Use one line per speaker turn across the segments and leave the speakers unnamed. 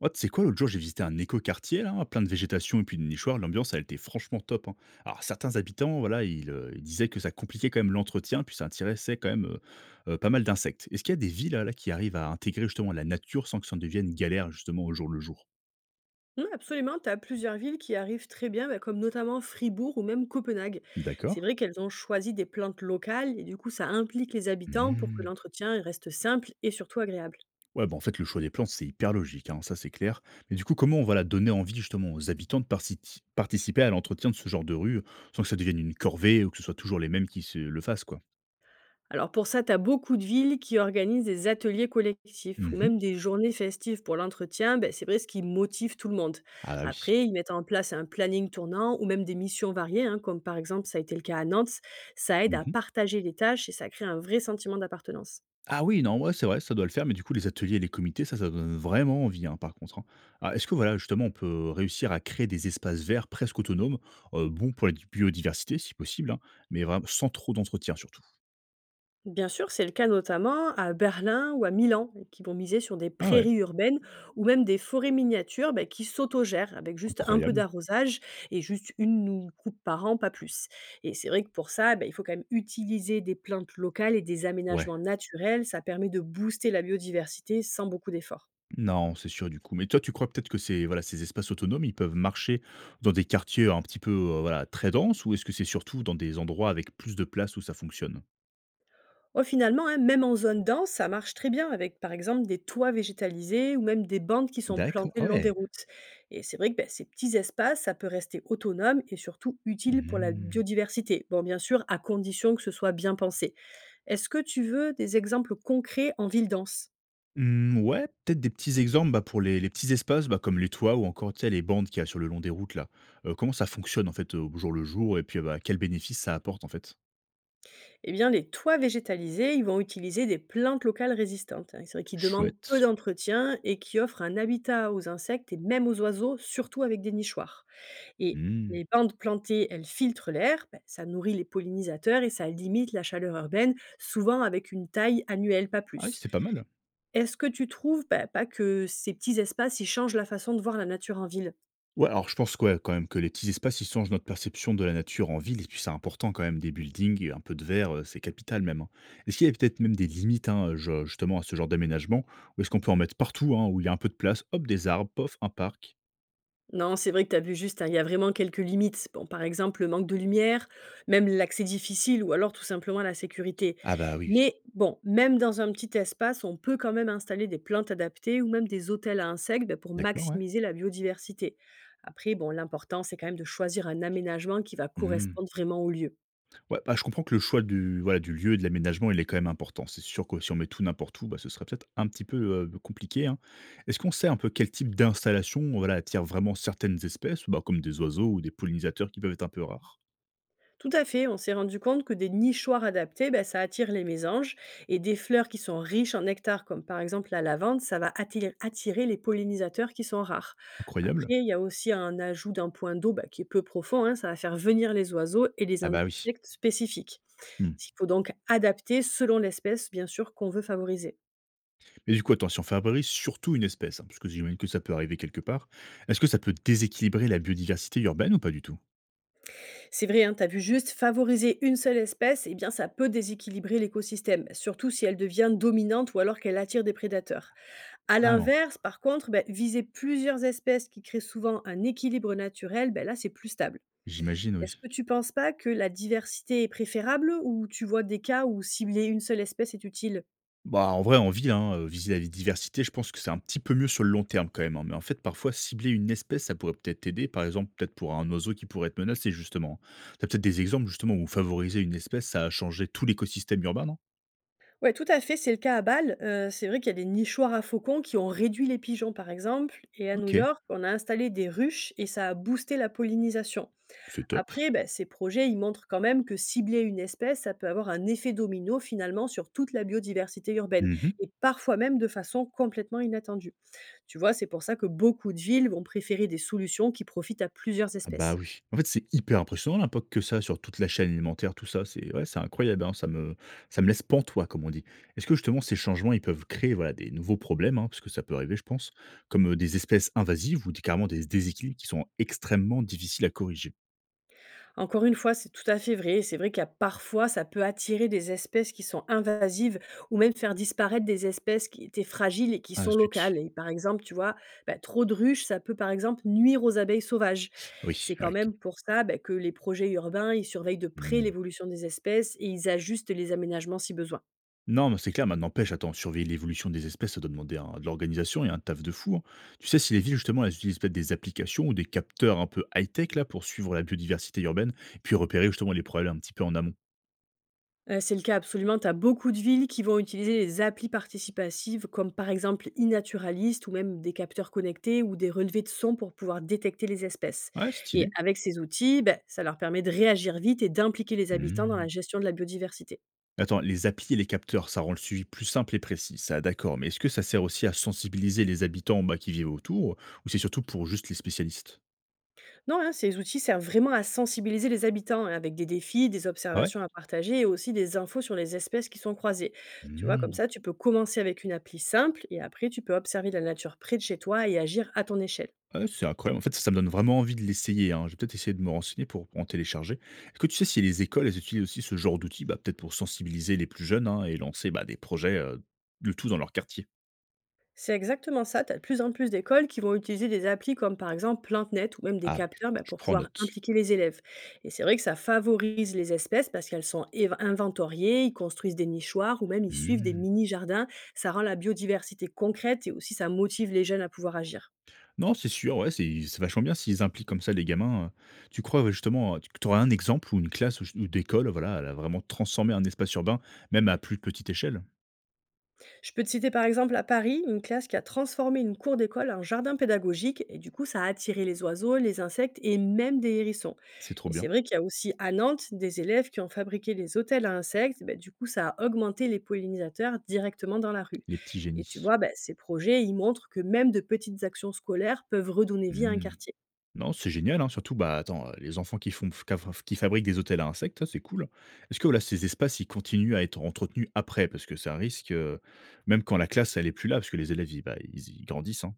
Ouais, tu sais quoi, l'autre jour, j'ai visité un éco quartier là, plein de végétation et puis de nichoirs. L'ambiance, elle était franchement top, hein. Alors, certains habitants, voilà, ils, ils disaient que ça compliquait quand même l'entretien, puis ça intéressait quand même pas mal d'insectes. Est-ce qu'il y a des villes là, qui arrivent à intégrer justement la nature sans que ça en devienne galère justement au jour le jour?
Mmh, absolument, tu as plusieurs villes qui arrivent très bien, bah, comme notamment Fribourg ou même Copenhague.
D'accord.
C'est vrai qu'elles ont choisi des plantes locales et du coup, ça implique les habitants pour que
Hmm.
l'entretien il reste simple et surtout agréable.
Ouais, bah en fait, le choix des plantes, c'est hyper logique, hein, ça c'est clair. Mais du coup, comment on va la donner envie justement aux habitants de participer à l'entretien de ce genre de rue sans que ça devienne une corvée ou que ce soit toujours les mêmes qui se le fassent, quoi?
Alors pour ça, tu as beaucoup de villes qui organisent des ateliers collectifs ou
Mhm.
même des journées festives pour l'entretien. Bah, c'est vrai ce qui motive tout le monde.
Ah bah oui.
Après, ils mettent en place un planning tournant ou même des missions variées, hein, comme par exemple ça a été le cas à Nantes. Ça aide à partager les tâches et ça crée un vrai sentiment d'appartenance.
Ah oui, non, ouais, c'est vrai, ça doit le faire, mais du coup, les ateliers et les comités, ça donne vraiment envie, hein, par contre, hein. Alors, est-ce que, voilà, justement, on peut réussir à créer des espaces verts presque autonomes, bons pour la biodiversité, si possible, hein, mais vraiment sans trop d'entretien, surtout?
Bien sûr, c'est le cas notamment à Berlin ou à Milan, qui vont miser sur des
Ah ouais,
prairies urbaines ou même des forêts miniatures bah, qui s'autogèrent avec juste un peu
incroyable.
d'arrosage et juste une ou coupe par an, pas plus. Et c'est vrai que pour ça, bah, il faut quand même utiliser des plantes locales et des
Ouais.
aménagements naturels. Ça permet de booster la biodiversité sans beaucoup d'efforts.
Non, c'est sûr, du coup. Mais toi, tu crois peut-être que ces, voilà, ces espaces autonomes, ils peuvent marcher dans des quartiers un petit peu voilà, très denses, ou est-ce que c'est surtout dans des endroits avec plus de place où ça fonctionne?
Ouais, finalement, hein, même en zone dense, ça marche très bien avec, par exemple, des toits végétalisés ou même des bandes qui sont
D'accord,
plantées
ah
le long des
ouais.
routes. Et c'est vrai que ben, ces petits espaces, ça peut rester autonome et surtout utile pour la
Hmm.
biodiversité. Bon, bien sûr, à condition que ce soit bien pensé. Est-ce que tu veux des exemples concrets en ville dense?
Mmh, ouais, peut-être des petits exemples bah, pour les petits espaces bah, comme les toits ou encore tu sais, les bandes qu'il y a sur le long des routes là. Comment ça fonctionne en fait au jour le jour et puis bah, quel bénéfice ça apporte en fait?
Eh bien, les toits végétalisés, ils vont utiliser des plantes locales résistantes, hein. C'est vrai qu'ils demandent peu
Chouette.
d'entretien et qui offrent un habitat aux insectes et même aux oiseaux, surtout avec des nichoirs. Et
Mmh.
les bandes plantées, elles filtrent l'air, bah, ça nourrit les pollinisateurs et ça limite la chaleur urbaine, souvent avec une taille annuelle, pas
Ah oui,
plus.
c'est pas mal.
Est-ce que tu trouves, bah, pas que ces petits espaces, ils changent la façon de voir la nature en ville?
Ouais, alors je pense quoi, quand même que les petits espaces ils changent notre perception de la nature en ville et puis c'est important quand même des buildings, un peu de verre, c'est capital même, hein. Est-ce qu'il y a peut-être même des limites hein, justement à ce genre d'aménagement, ou est-ce qu'on peut en mettre partout hein, où il y a un peu de place, hop des arbres, pof un parc?
Non, c'est vrai que tu as vu juste, hein, il y a vraiment quelques limites. Bon, par exemple, le manque de lumière, même l'accès difficile ou alors tout simplement la sécurité.
Ah bah oui,
Mais bon, même dans un petit espace, on peut quand même installer des plantes adaptées ou même des hôtels à insectes ben, pour
d'accord, ouais.
maximiser la biodiversité. Après, bon, l'important, c'est quand même de choisir un aménagement qui va
Mhm.
correspondre vraiment au lieu.
Ouais, bah, je comprends que le choix du voilà, du lieu et de l'aménagement, il est quand même important. C'est sûr que si on met tout n'importe où, bah, ce serait peut-être un petit peu, compliqué, hein. Est-ce qu'on sait un peu quel type d'installation, voilà, attire vraiment certaines espèces, bah, comme des oiseaux ou des pollinisateurs qui peuvent être un peu rares?
Tout à fait, on s'est rendu compte que des nichoirs adaptés, ben, ça attire les mésanges et des fleurs qui sont riches en nectar, comme par exemple la lavande, ça va attirer les pollinisateurs qui sont rares.
Incroyable.
Après, il y a aussi un ajout d'un point d'eau ben, qui est peu profond, hein, ça va faire venir les oiseaux et les
Ah bah, oui.
insectes spécifiques.
Mmh.
Il faut donc adapter selon l'espèce, bien sûr, qu'on veut favoriser.
Mais du coup, attention si on favorise surtout une espèce, hein, parce que j'imagine que ça peut arriver quelque part, est-ce que ça peut déséquilibrer la biodiversité urbaine ou pas du tout?
C'est vrai, tu as vu juste, favoriser une seule espèce, eh bien, ça peut déséquilibrer l'écosystème, surtout si elle devient dominante ou alors qu'elle attire des prédateurs. À
Carrément.
l'inverse, par contre, beh, viser plusieurs espèces qui créent souvent un équilibre naturel, beh, là, c'est plus stable.
J'imagine,
Est-ce
oui.
que tu penses pas que la diversité est préférable ou tu vois des cas où cibler une seule espèce est utile?
Bah, en vrai, en ville, hein, viser la diversité, je pense que c'est un petit peu mieux sur le long terme quand même, hein, mais en fait, parfois, cibler une espèce, ça pourrait peut-être t'aider. Par exemple, peut-être pour un oiseau qui pourrait être menacé justement. T'as peut-être des exemples justement où favoriser une espèce, ça a changé tout l'écosystème urbain, non?
Ouais, tout à fait, c'est le cas à Bâle. C'est vrai qu'il y a des nichoirs à faucons qui ont réduit les pigeons, par exemple, et à New
OK,
York, on a installé des ruches et ça a boosté la pollinisation.
c'est top.
Après, bah, ces projets, ils montrent quand même que cibler une espèce, ça peut avoir un effet domino finalement sur toute la biodiversité urbaine
Mmh.
et parfois même de façon complètement inattendue. Tu vois, c'est pour ça que beaucoup de villes vont préférer des solutions qui profitent à plusieurs
Ah bah
espèces.
oui. En fait, c'est hyper impressionnant l'impact que ça a sur toute la chaîne alimentaire, tout ça. C'est ouais, c'est incroyable, hein, ça me laisse pantois, comme on dit. Est-ce que justement ces changements, ils peuvent créer voilà, des nouveaux problèmes, hein, parce que ça peut arriver, je pense, comme des espèces invasives ou carrément des déséquilibres qui sont extrêmement difficiles à corriger?
Encore une fois, c'est tout à fait vrai. C'est vrai qu'il y a parfois, ça peut attirer des espèces qui sont invasives ou même faire disparaître des espèces qui étaient fragiles et qui
Ah
sont
zut.
locales. Et par exemple, tu vois, bah, trop de ruches, ça peut par exemple nuire aux abeilles sauvages.
Ah oui,
C'est
ouais,
quand
ok.
même pour ça bah, que les projets urbains, ils surveillent de près
Hmm.
l'évolution des espèces et ils ajustent les aménagements si besoin.
Non, mais c'est clair, maintenant n'empêche, attends, surveiller l'évolution des espèces, ça doit demander de l'organisation et un taf de fou, hein. Tu sais, si les villes, justement, elles utilisent peut-être des applications ou des capteurs un peu high-tech, là, pour suivre la biodiversité urbaine, et puis repérer, justement, les problèmes un petit peu en amont.
C'est le cas absolument. Tu as beaucoup de villes qui vont utiliser les applis participatives comme par exemple iNaturalist ou même des capteurs connectés ou des relevés de sons pour pouvoir détecter les espèces
Ouais,
et
stylé.
avec ces outils, beh, ça leur permet de réagir vite et d'impliquer les habitants dans
Hmm.
la gestion de la biodiversité.
Attends, les applis et les capteurs, ça rend le suivi plus simple et précis, ça, d'accord, mais est-ce que ça sert aussi à sensibiliser les habitants bah, qui vivent autour, ou c'est surtout pour juste les spécialistes?
Non, hein, ces outils servent vraiment à sensibiliser les habitants hein, avec des défis, des
Ah ouais.
observations à partager et aussi des infos sur les espèces qui sont croisées. Tu vois, comme
Hmm.
ça, tu peux commencer avec une appli simple et après tu peux observer la nature près de chez toi et agir à ton échelle.
Ouais, c'est incroyable. En fait, ça me donne vraiment envie de l'essayer, hein. Je vais peut-être essayer de me renseigner pour en télécharger. Est-ce que tu sais si les écoles, elles utilisent aussi ce genre d'outils? Bah, peut-être pour sensibiliser les plus jeunes, hein, et lancer, bah, des projets, le tout dans leur quartier?
C'est exactement ça. Tu as de plus en plus d'écoles qui vont utiliser des applis comme par exemple PlanteNet ou même des
Ah, bah,
capteurs bah,
je
pour
prends
pouvoir
note.
impliquer les élèves. Et c'est vrai que ça favorise les espèces parce qu'elles sont inventoriées, ils construisent des nichoirs ou même ils suivent des
Mmh.
mini-jardins. Ça rend la biodiversité concrète et aussi ça motive les jeunes à pouvoir agir.
Non, c'est sûr, ouais, c'est vachement bien s'ils impliquent comme ça les gamins. Tu crois, ouais, justement, tu aurais un exemple où une classe ou d'école, voilà, elle a vraiment transformé un espace urbain, même à plus petite échelle?
Je peux te citer par exemple à Paris, une classe qui a transformé une cour d'école en jardin pédagogique et du coup ça a attiré les oiseaux, les insectes et même des hérissons.
C'est trop
Et
bien,
c'est vrai qu'il y a aussi à Nantes des élèves qui ont fabriqué les hôtels à insectes, ben, du coup ça a augmenté les pollinisateurs directement dans la rue.
les petits
Et tu
génies.
vois, ben, ces projets, ils montrent que même de petites actions scolaires peuvent redonner vie à un
Mmh.
quartier.
Non, c'est génial, hein, surtout, bah, attends, les enfants qui font ca qui fabriquent des hôtels à insectes, ça, c'est cool. Est-ce que, voilà, ces espaces, ils continuent à être entretenus après? Parce que c'est un risque, même quand la classe, elle est plus là, parce que les élèves, ils, bah, ils grandissent, hein.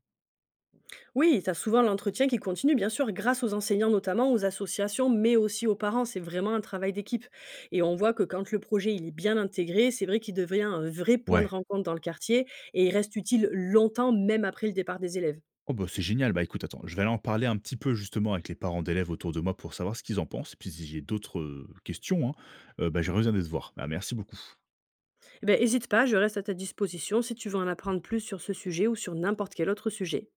Oui, tu as souvent l'entretien qui continue, bien sûr, grâce aux enseignants notamment, aux associations, mais aussi aux parents. C'est vraiment un travail d'équipe. Et on voit que quand le projet il est bien intégré, c'est vrai qu'il devient un vrai point de
Ouais.
rencontre dans le quartier et il reste utile longtemps, même après le départ des élèves.
Oh, bah, c'est génial. Bah, écoute, attends, je vais aller en parler un petit peu, justement, avec les parents d'élèves autour de moi pour savoir ce qu'ils en pensent. Et puis si j'ai d'autres, questions, hein, bah, je reviens de te voir. Bah, merci beaucoup.
Eh ben, n'hésite pas, je reste à ta disposition si tu veux en apprendre plus sur ce sujet ou sur n'importe quel autre sujet.